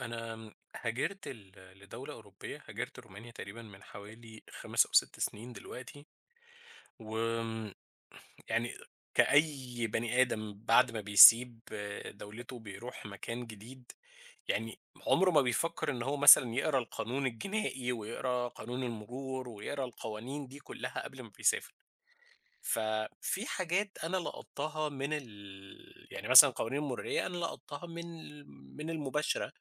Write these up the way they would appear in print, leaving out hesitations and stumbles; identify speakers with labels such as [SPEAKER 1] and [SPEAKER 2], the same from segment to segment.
[SPEAKER 1] أنا هاجرت لدولة أوروبية، هاجرت رومانيا تقريبًا من حوالي 5 أو 6 سنين دلوقتي، وآمم يعني كأي بني آدم بعد ما بيسيب دولته وبيروح مكان جديد، يعني عمره ما بيفكر إن هو مثلًا يقرا القانون الجنائي ويقرا قانون المرور ويقرا القوانين دي كلها قبل ما بيسافر. ففي حاجات أنا لقطتها من ال يعني مثلًا قوانين المرورية أنا لقطتها من من المباشرة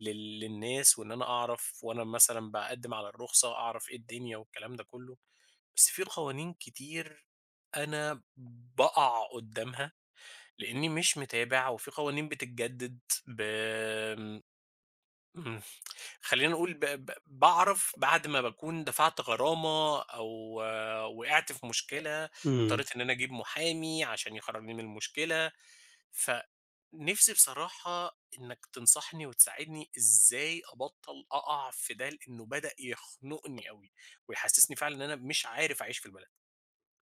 [SPEAKER 1] للناس وإن أنا أعرف وأنا مثلًا باقدّم على الرخصة أعرف إيه الدنيا والكلام ده كلّه، بس في قوانين كتير أنا باقع قدّامها لإنّي مش متابع وفي قوانين بتتجدد ب آمم، إمم، خلّينا نقول ب ب باعرف بعد ما باكون دفعت غرامة أو آه، وقعت في مشكلة،
[SPEAKER 2] إمم،
[SPEAKER 1] اضطريت إن أنا أجيب محامي عشان يخرّجني من المشكلة، ف نِفْسي بصراحة إنّك تنصحني وتساعدني إزاي أبطّل أقع في ده، لإنه بدأ يخنقني أوي، ويحسّسني فعلًا إن أنا مش عارف أعيش في البلد.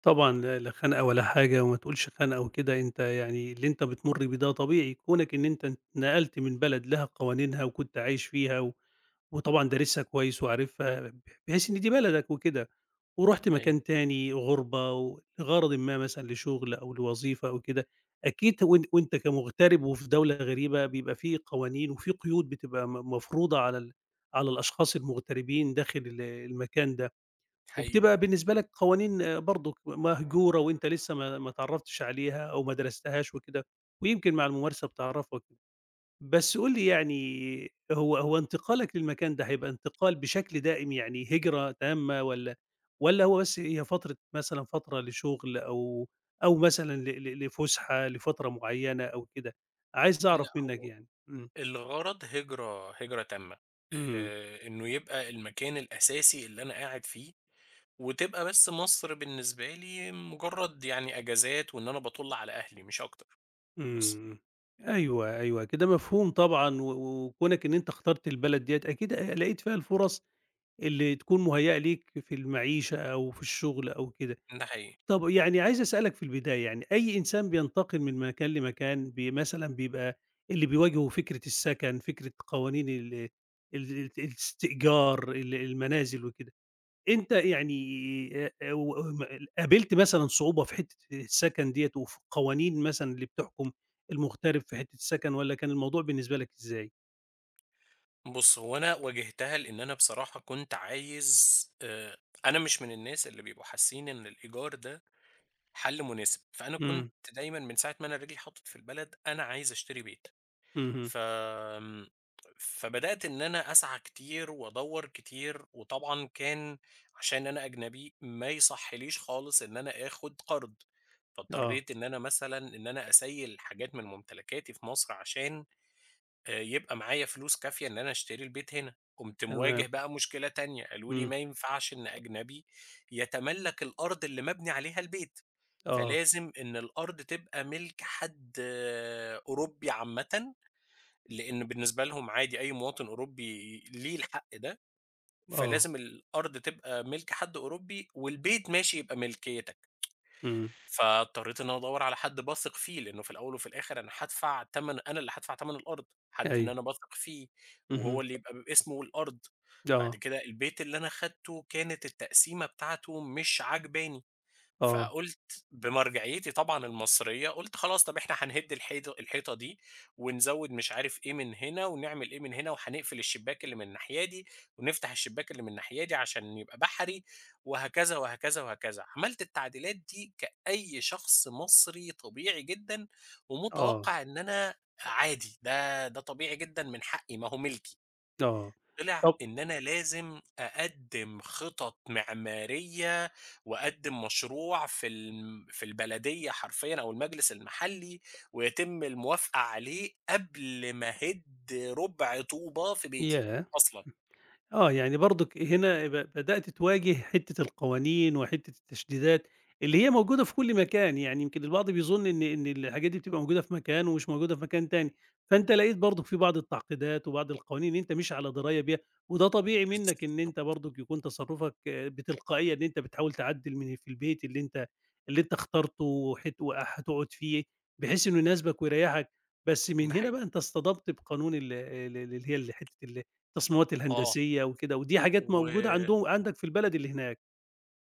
[SPEAKER 2] طبعًا لا لا خنقة ولا حاجة وما تقولش خنقة وكده، أنت يعني اللي أنت بتمُر بيه ده طبيعي، كونك إن أنت اتنقلت من بلد لها قوانينها وكنت عايش فيها و وطبعًا دارسها كويس وعارفها بحيث إن دي بلدك وكده، ورُحت
[SPEAKER 1] حقيقي،
[SPEAKER 2] مكان تاني غُربة و لغرضٍ ما مثلًا لشغل أو لوظيفة أو كده، أكيد وأنت كمُغترب وفي دولة غريبة بيبقى في قوانين وفي قيود بتبقى مفروضة على الأشخاص المُغتربين داخل المكان ده.
[SPEAKER 1] حقيقي.
[SPEAKER 2] وبتبقى بالنسبة لك قوانين برضُك مهجورة وأنت لسه ما اتعرّفتش عليها أو ما درستهاش وكده، ويمكن مع الممارسة بتعرّفك. بس قُل لي يعني هو انتقالك للمكان ده هيبقى انتقال بشكل دائم يعني هجرة تامة والّا هو بس هي فترة مثلًا فترة لشغل أو مثلًا ل ل لفُسحة لفترة معيّنة أو كده؟ عايز
[SPEAKER 1] لأ،
[SPEAKER 2] أعرف منّك
[SPEAKER 1] هو
[SPEAKER 2] يعني. إمم.
[SPEAKER 1] الغرض هجرة تامة،
[SPEAKER 2] إمم.
[SPEAKER 1] إنه يبقى المكان الأساسي اللي أنا قاعد فيه، وتبقى بس مصر بالنسبة لي مجرّد يعني أجازات وإن أنا باطُل على أهلي مش أكتر، بس.
[SPEAKER 2] إمم. أيوه، أيوه، كده مفهوم طبعًا و و وكونك إن أنت اخترت البلد ديّة أكيد لقيت فيها الفُرَص اللي تكون مُهيّأة ليك في المعيشة أو في الشُغل أو كده.
[SPEAKER 1] ده حقيقي.
[SPEAKER 2] طَب يعني عايز أسألك في البداية يعني أي إنسان بينتقل من مكان لمكان مثلًا بيبقى اللي بيواجهه فكرة السَكَن، فكرة قوانين الاستئجار، المنازل وكده. أنت يعني و م قابلت مثلًا صعوبة في حتّة السكن ديّة وفي القوانين مثلًا اللي بتحكم المغترب في حتّة السكن والّا كان الموضوع بالنسبة لك إزاي؟
[SPEAKER 1] بُص، هو أنا واجهتها لإن أنا بصراحة كنت عايز، أنا مش من الناس اللي بيبقوا حاسين إن الإيجار ده حل مناسب، فأنا كنت
[SPEAKER 2] إمم،
[SPEAKER 1] دايمًا من ساعة ما أنا رجلي اتحطت في البلد، أنا عايز أشتري بيت.
[SPEAKER 2] اهم،
[SPEAKER 1] ف آمم، فبدأت إن أنا أسعى كتير وأدوّر كتير، وطبعًا كان عشان أنا أجنبي ما يصحّليش خالص إن أنا آخُد قرض،
[SPEAKER 2] آه،
[SPEAKER 1] فاضطريت إن أنا مثلًا إن أنا أسيّل حاجات من ممتلكاتي في مصر عشان يبقى معايا فلوس كافية إن أنا أشتري البيت هنا، قُمت مواجه
[SPEAKER 2] تمام،
[SPEAKER 1] بقى مشكلة تانية، قالوا لي:
[SPEAKER 2] إمم،
[SPEAKER 1] "ما ينفعش إن أجنبي يتملّك الأرض اللي مبني عليها البيت،
[SPEAKER 2] آه،
[SPEAKER 1] فلازم إن الأرض تبقى مِلك حد أوروبي عامةً." لإن بالنسبة لهم عادي أي مواطن أوروبي ليه الحق ده،
[SPEAKER 2] آه،
[SPEAKER 1] فلازم الأرض تبقى مِلك حد أوروبي والبيت ماشي يبقى ملكيتك.
[SPEAKER 2] إمم،
[SPEAKER 1] فاضطريت إن أنا أدوّر على حد باثق فيه، لإنه في الأول وفي الآخر أنا هادفع تَمَن أنا اللي هادفع تَمَن الأرض، حد إن
[SPEAKER 2] أيوه،
[SPEAKER 1] أنا باثق فيه وهو
[SPEAKER 2] اهم،
[SPEAKER 1] اللي يبقى باسمه الأرض. بعد
[SPEAKER 2] آه،
[SPEAKER 1] كده البيت اللي أنا خدته كانت التقسيمة بتاعته مش عاجباني.
[SPEAKER 2] آه،
[SPEAKER 1] فقُلت بمرجعيتي طبعًا المصرية، قُلت خلاص طَب إحنا هنهِد الحيطة دي، ونزوّد مش عارف إيه من هنا، ونعمل إيه من هنا، وهنقفل الشباك اللي من الناحية دي، ونفتح الشباك اللي من الناحية دي عشان يبقى بحري، وهكذا، وهكذا، وهكذا. عملت التعديلات دي كأي شخص مصري طبيعي جدًا،
[SPEAKER 2] آه،
[SPEAKER 1] ومتوقع إن أنا عادي، ده طبيعي جدًا من حقي، ما هو ملكي.
[SPEAKER 2] آه،
[SPEAKER 1] طلع
[SPEAKER 2] طب
[SPEAKER 1] إن أنا لازم أقدّم خطط معمارية وأقدّم مشروع في البلدية حرفيًا أو المجلس المحلي، ويتم الموافقة عليه قبل ما أهِد رُبع طوبة في بيتي
[SPEAKER 2] ياه!
[SPEAKER 1] أصلًا.
[SPEAKER 2] آه، يعني برضك هنا بدأت تواجه حتّة القوانين وحتّة التشديدات اللي هي موجودة في كل مكان، يعني يمكن البعض بيظن إن الحاجات دي بتبقى موجودة في مكان ومش موجودة في مكان تاني، فأنت لقيت برضك في بعض التعقيدات وبعض القوانين أنت مش على دراية بيها، وده طبيعي منّك إن
[SPEAKER 1] بالضبط،
[SPEAKER 2] أنت برضك يكون تصرُّفك بتلقائية إن أنت بتحاول تعدِّل من في البيت اللي أنت اخترته وهتقعد فيه بحيث إنه يناسبك ويريّحك، بس
[SPEAKER 1] ده
[SPEAKER 2] من هنا
[SPEAKER 1] حقيقي.
[SPEAKER 2] بقى أنت اصطدمت بقانون ال ال اللي هي حتّة التصميمات
[SPEAKER 1] آه،
[SPEAKER 2] الهندسية وكده، ودي حاجات موجودة
[SPEAKER 1] و
[SPEAKER 2] عندك في البلد اللي هناك.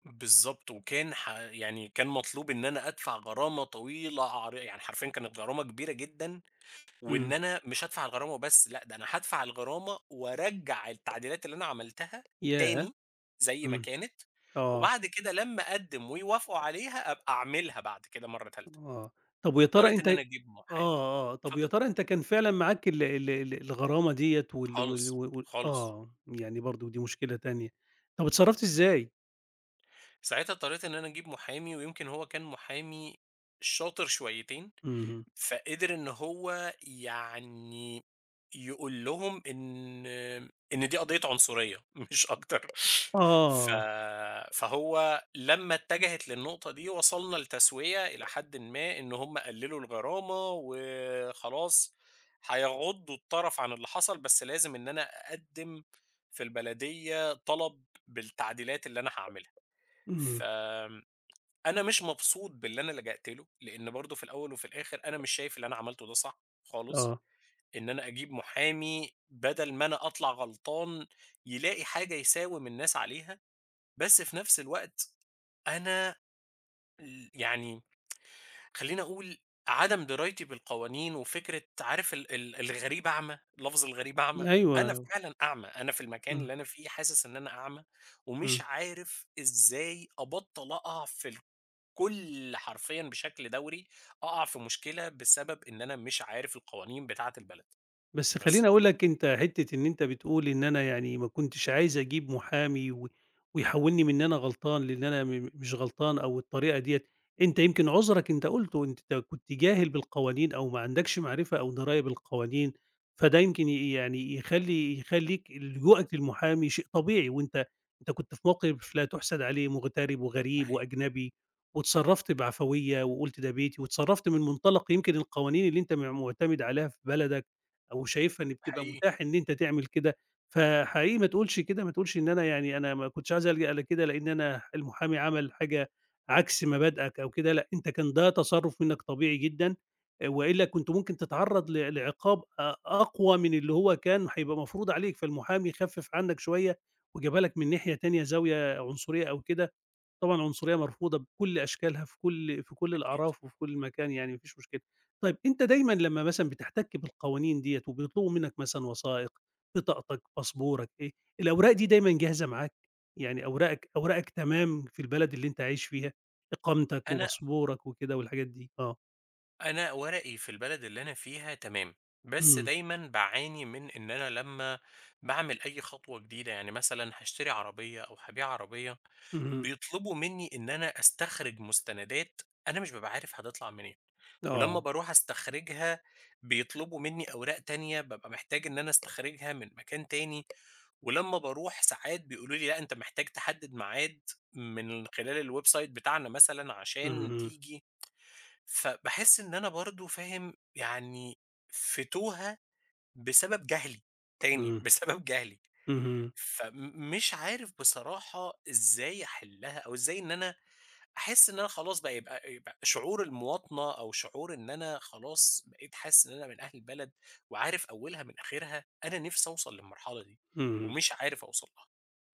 [SPEAKER 1] بالضبط، وكان ح يعني كان مطلوب إن أنا أدفع غرامة طويلة عر يعني حرفيًا كانت غرامة كبيرة جدًا وإن
[SPEAKER 2] إمم،
[SPEAKER 1] أنا مش هادفع الغرامة وبس، لأ ده أنا هادفع الغرامة وأرجّع التعديلات اللي أنا عملتها
[SPEAKER 2] ياه!
[SPEAKER 1] تاني زي ما
[SPEAKER 2] إمم،
[SPEAKER 1] كانت،
[SPEAKER 2] آه،
[SPEAKER 1] وبعد كده لمّا أقدّم ويوافقوا عليها أبقى أعملها بعد كده مرّة تالتة.
[SPEAKER 2] آه. طب ويا ترى
[SPEAKER 1] اضطريت
[SPEAKER 2] أنت
[SPEAKER 1] إن أنا أجيب محامي
[SPEAKER 2] طب ويا
[SPEAKER 1] اتفضل.
[SPEAKER 2] ترى أنت كان فعلًا معاك ال ال ال الغرامة ديّة وال وال و
[SPEAKER 1] خالص،
[SPEAKER 2] وال
[SPEAKER 1] خالص.
[SPEAKER 2] آه، يعني برضه دي مشكلة تانية. طب اتصرّفت إزاي؟
[SPEAKER 1] ساعتها اضطريت إن أنا أجيب محامي ويمكن هو كان محامي شاطر شويتين.
[SPEAKER 2] اهم،
[SPEAKER 1] فقدر إن هو يقول لهم إن دي قضية عنصرية مش أكتر. ف
[SPEAKER 2] آه،
[SPEAKER 1] فهو لمّا اتجهت للنقطة دي وصلنا لتسوية إلى حدٍ ما إن هم قللوا الغرامة وخلاص هيغضّوا الطرف عن اللي حصل، بس لازم إن أنا أقدّم في البلدية طلب بالتعديلات اللي أنا هاعملها. ف
[SPEAKER 2] إمم،
[SPEAKER 1] أنا مش مبسوط باللي أنا لجأت له، لإن برضه في الأول وفي الآخر أنا مش شايف اللي أنا عملته ده صح خالص،
[SPEAKER 2] آه،
[SPEAKER 1] إن أنا أجيب محامي بدل ما أنا أطلع غلطان يلاقي حاجة يساوم الناس عليها، بس في نفس الوقت أنا ال يعني خلّيني أقول عدم درايتي بالقوانين وفكرة عارف ال ال الغريب أعمى، لفظ الغريب أعمى، أنا
[SPEAKER 2] أيوه،
[SPEAKER 1] فعلًا أعمى، أنا في المكان
[SPEAKER 2] إمم،
[SPEAKER 1] اللي أنا فيه حاسس إن أنا أعمى، ومش
[SPEAKER 2] إمم.
[SPEAKER 1] عارف إزاي أبطّل أقع في ال كل حرفيًا بشكل دوري أقع في مشكلة بسبب إن أنا مش عارف القوانين بتاعة البلد،
[SPEAKER 2] بس
[SPEAKER 1] بس.
[SPEAKER 2] خلّيني أقول لك أنت حتّة إن أنت بتقول إن أنا يعني ما كنتش عايز أجيب محامي ويحوّلني من إن أنا غلطان لإن أنا م م مش غلطان أو الطريقة ديّة، أنت يمكن عذرك أنت قُلته أنت كنت جاهل بالقوانين أو ما عندكش معرفة أو دراية بالقوانين، فده يمكن يعني يخلّيك لجوءك للمحامي شيء طبيعي وأنت كنت في موقف لا تُحسد عليه مغترب
[SPEAKER 1] ده
[SPEAKER 2] وغريب
[SPEAKER 1] حقيقي،
[SPEAKER 2] وأجنبي واتصرّفت بعفوية وقُلت ده بيتي واتصرّفت من منطلق يمكن القوانين اللي أنت مُعتمد عليها في بلدك. أو شايفها إن بتبقى
[SPEAKER 1] حقيقي،
[SPEAKER 2] متاح إن أنت تعمل كده، فحقيقي ما تقولش كده، ما تقولش إن أنا يعني أنا ما كنتش عايز ألجأ لكده لإن أنا المحامي عمل حاجة عكس مبادئك أو كده، لأ، أنت كان ده تصرُّف منك طبيعي جدًا، وإلا كنت ممكن تتعرّض لعقاب أقوى من اللي هو كان هيبقى مفروض عليك، فالمحامي خفِّف عنك شوية وجابها لك من ناحية تانية زاوية عنصرية أو كده. طبعًا العنصرية مرفوضة بكل أشكالها في كل
[SPEAKER 1] أكيد.
[SPEAKER 2] الأعراف وفي كل مكان يعني ما فيش مشكلة. طيب أنت دايمًا لمّا مثلًا بتحتك بالقوانين ديّة وبيطلبوا منك مثلًا وثائق، بطاقتك، باسبورك، إيه، الأوراق دي دايمًا جاهزة معاك؟ يعني أوراقك تمام في البلد اللي أنت عايش فيها، إقامتك
[SPEAKER 1] أنا
[SPEAKER 2] وباسبورك وكده والحاجات دي؟ آه.
[SPEAKER 1] أنا ورقي في البلد اللي أنا فيها تمام، بس
[SPEAKER 2] إمم،
[SPEAKER 1] دايمًا باعاني من إن أنا لمّا باعمل أي خطوة جديدة، يعني مثلًا هاشتري عربية أو هابيع عربية،
[SPEAKER 2] اهم،
[SPEAKER 1] بيطلبوا منّي إن أنا أستخرج مستندات أنا مش بابقى عارف هتطلع منين، ولمّا
[SPEAKER 2] آه،
[SPEAKER 1] باروح أستخرجها بيطلبوا منّي أوراق تانية بابقى محتاج إن أنا أستخرجها من مكان تاني. ولمّا باروح ساعات بيقولوا لي لأ أنت محتاج تحدد ميعاد من خلال الويب سايت بتاعنا مثلًا عشان
[SPEAKER 2] اهم،
[SPEAKER 1] تيجي، فباحس إن أنا برضه فاهم، يعني في توهة بسبب جهلي، تاني
[SPEAKER 2] إمم،
[SPEAKER 1] بسبب جهلي،
[SPEAKER 2] اهم،
[SPEAKER 1] فم مش عارف بصراحة إزاي أحلها أو إزاي إن أنا أحس إن أنا خلاص بقى يبقى شعور المواطنة أو شعور إن أنا خلاص بقيت حاسس إن أنا من أهل البلد وعارف أولها من آخرها، أنا نفسي أوصل للمرحلة دي
[SPEAKER 2] اهم.
[SPEAKER 1] ومش عارف أوصل لها،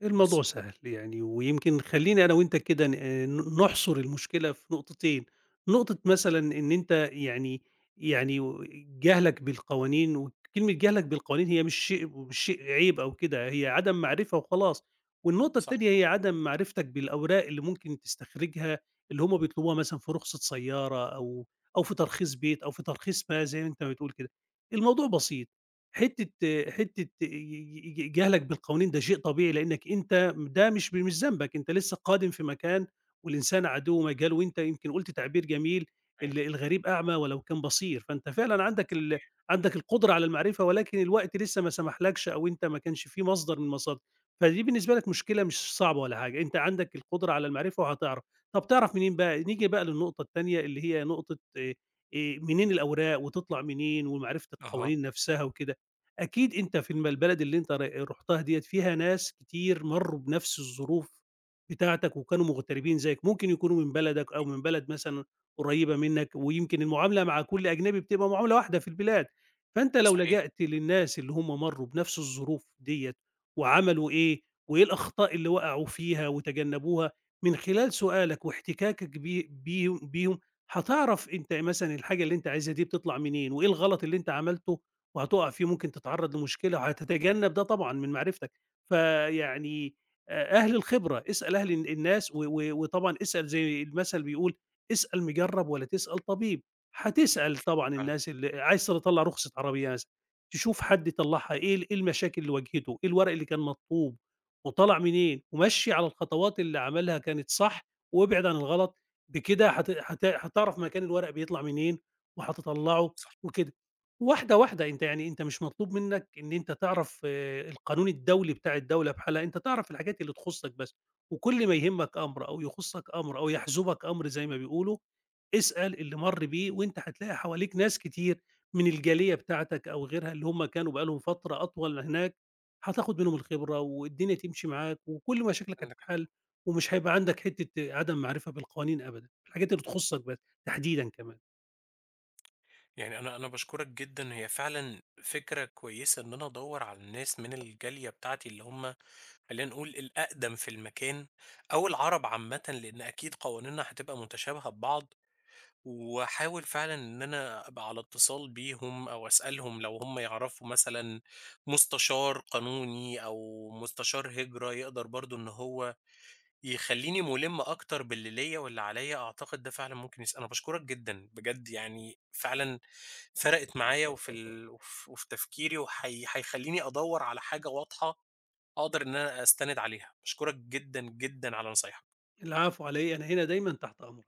[SPEAKER 2] الموضوع
[SPEAKER 1] بس.
[SPEAKER 2] سهل يعني ويمكن خلّيني أنا وأنت كده ن آه، ن نحصر المشكلة في نقطتين، نقطة مثلًا إن أنت يعني يعني و جهلك بالقوانين وكلمة جهلك بالقوانين هي مش شيء عيب أو كده، هي عدم معرفة وخلاص، والنقطة
[SPEAKER 1] صح،
[SPEAKER 2] التانية هي عدم معرفتك بالأوراق اللي ممكن تستخرجها اللي هم بيطلبوها مثلًا في رخصة سيارة أو في ترخيص بيت أو في ترخيص ما زي ما أنت بتقول كده. الموضوع بسيط، حتّة حتّة ي ي ي جهلك بالقوانين ده شيء طبيعي، لإنّك أنت ده مش مش ذنبك، أنت لسّه قادم في مكان والإنسان عدو مجال، وأنت يمكن قُلت تعبير جميل
[SPEAKER 1] صحيح،
[SPEAKER 2] "الغريب أعمى ولو كان بصير." فأنت فعلًا
[SPEAKER 1] صحيح.
[SPEAKER 2] عندك القدرة على المعرفة، ولكن الوقت لسّه ما سمحلكش أو أنت ما كانش في مصدر من المصادر، فدي بالنسبة لك مشكلة مش صعبة ولا حاجة، أنت عندك القدرة على المعرفة وهتعرف. طَب تعرف منين بقى؟ نيجي بقى للنقطة التانية اللي هي نقطة منين الأوراق وتطلع منين ومعرفة
[SPEAKER 1] أها،
[SPEAKER 2] القوانين نَفْسها وكده. أكيد أنت في البلد اللي أنت رُحتها ديّة فيها ناس كتير مرّوا بنفس الظروف بتاعتك وكانوا مغتربين زيّك، ممكن يكونوا من بلدك أو من بلد مثلًا قريّبة منّك، ويمكن المعاملة مع كل أجنبي بتبقى معاملة واحدة في البلاد، فأنت لو
[SPEAKER 1] صحيح
[SPEAKER 2] لجأت للناس اللي هم مرّوا بنفس الظروف ديّة وعملوا إيه، وإيه الأخطاء اللي وقعوا فيها وتجنبوها، من خلال سؤالك واحتكاكك بي بيهم بيهم هتعرف أنت مثلًا الحاجة اللي أنت عايزها دي بتطلع منين، وإيه الغلط اللي أنت عملته وهتُقع فيه ممكن تتعرّض لمشكلة، وهتتجنّب ده طبعًا من معرفتك. فيعني أهل الخبرة، اسأل أهل الناس و و وطبعًا اسأل زي المثل بيقول: "اسأل مجرّب ولا تسأل طبيب." هتسأل طبعًا
[SPEAKER 1] فعلًا،
[SPEAKER 2] الناس اللي عايز تطلّع رخصة عربية مثلًا، تشوف حد طلّعها إيه إيه المشاكل اللي واجهته، إيه الورق اللي كان مطلوب، وطلع منين، ومشّي على الخطوات اللي عملها كانت صح، وابعد عن الغلط. بكده هت هت هتعرف مكان الورق بيطلع منين وهتطلّعه
[SPEAKER 1] صح،
[SPEAKER 2] وكده. واحدة، واحدة، أنت يعني أنت مش مطلوب منّك إن أنت تعرف آه، القانون الدولي بتاع الدولة بحالها، أنت تعرف الحاجات اللي تخُصّك بس، وكل ما يهمّك أمر أو يخُصّك أمر أو يحزُبك أمر زي ما بيقولوا، اسأل اللي مَر بيه وأنت هتلاقي حواليك ناس كتير من الجالية بتاعتك أو غيرها اللي هم كانوا بقى لهم فترة أطول هناك، هتاخُد منهم الخبرة والدنيا تمشي معاك وكل مشاكلك
[SPEAKER 1] عندك حق.
[SPEAKER 2] هتتحل ومش هيبقى عندك حتّة عدم معرفة بالقوانين أبدًا، الحاجات اللي تخُصّك بس تحديدًا كمان.
[SPEAKER 1] يعني أنا باشكرك جدًا، هي فعلًا فكرة كويسة إن أنا أدوّر على الناس من الجالية بتاعتي اللي هم خلّينا نقول الأقدم في المكان، أو العرب عامةً، لإن أكيد قوانيننا هتبقى متشابهة ببعض، واحاول فعلًا إن أنا أبقى على اتصال بيهم أو أسألهم لو هم يعرفوا مثلًا مستشار قانوني أو مستشار هجرة يقدر برضه إن هو يخلّيني مُلِم أكتر باللي ليّا واللي عليّا، أعتقد ده فعلًا ممكن أنا باشكرك جدًا بجد يعني فعلًا فرقِت معايا وفي ال وف وفي تفكيري وهيخليني وحي حيخلّيني أدوّر على حاجة واضحة أقدر إن أنا أستند عليها، باشكرك جدًا، جدًا على نصايحك.
[SPEAKER 2] العفو على إيه، أنا هنا دايمًا تحت أمرك.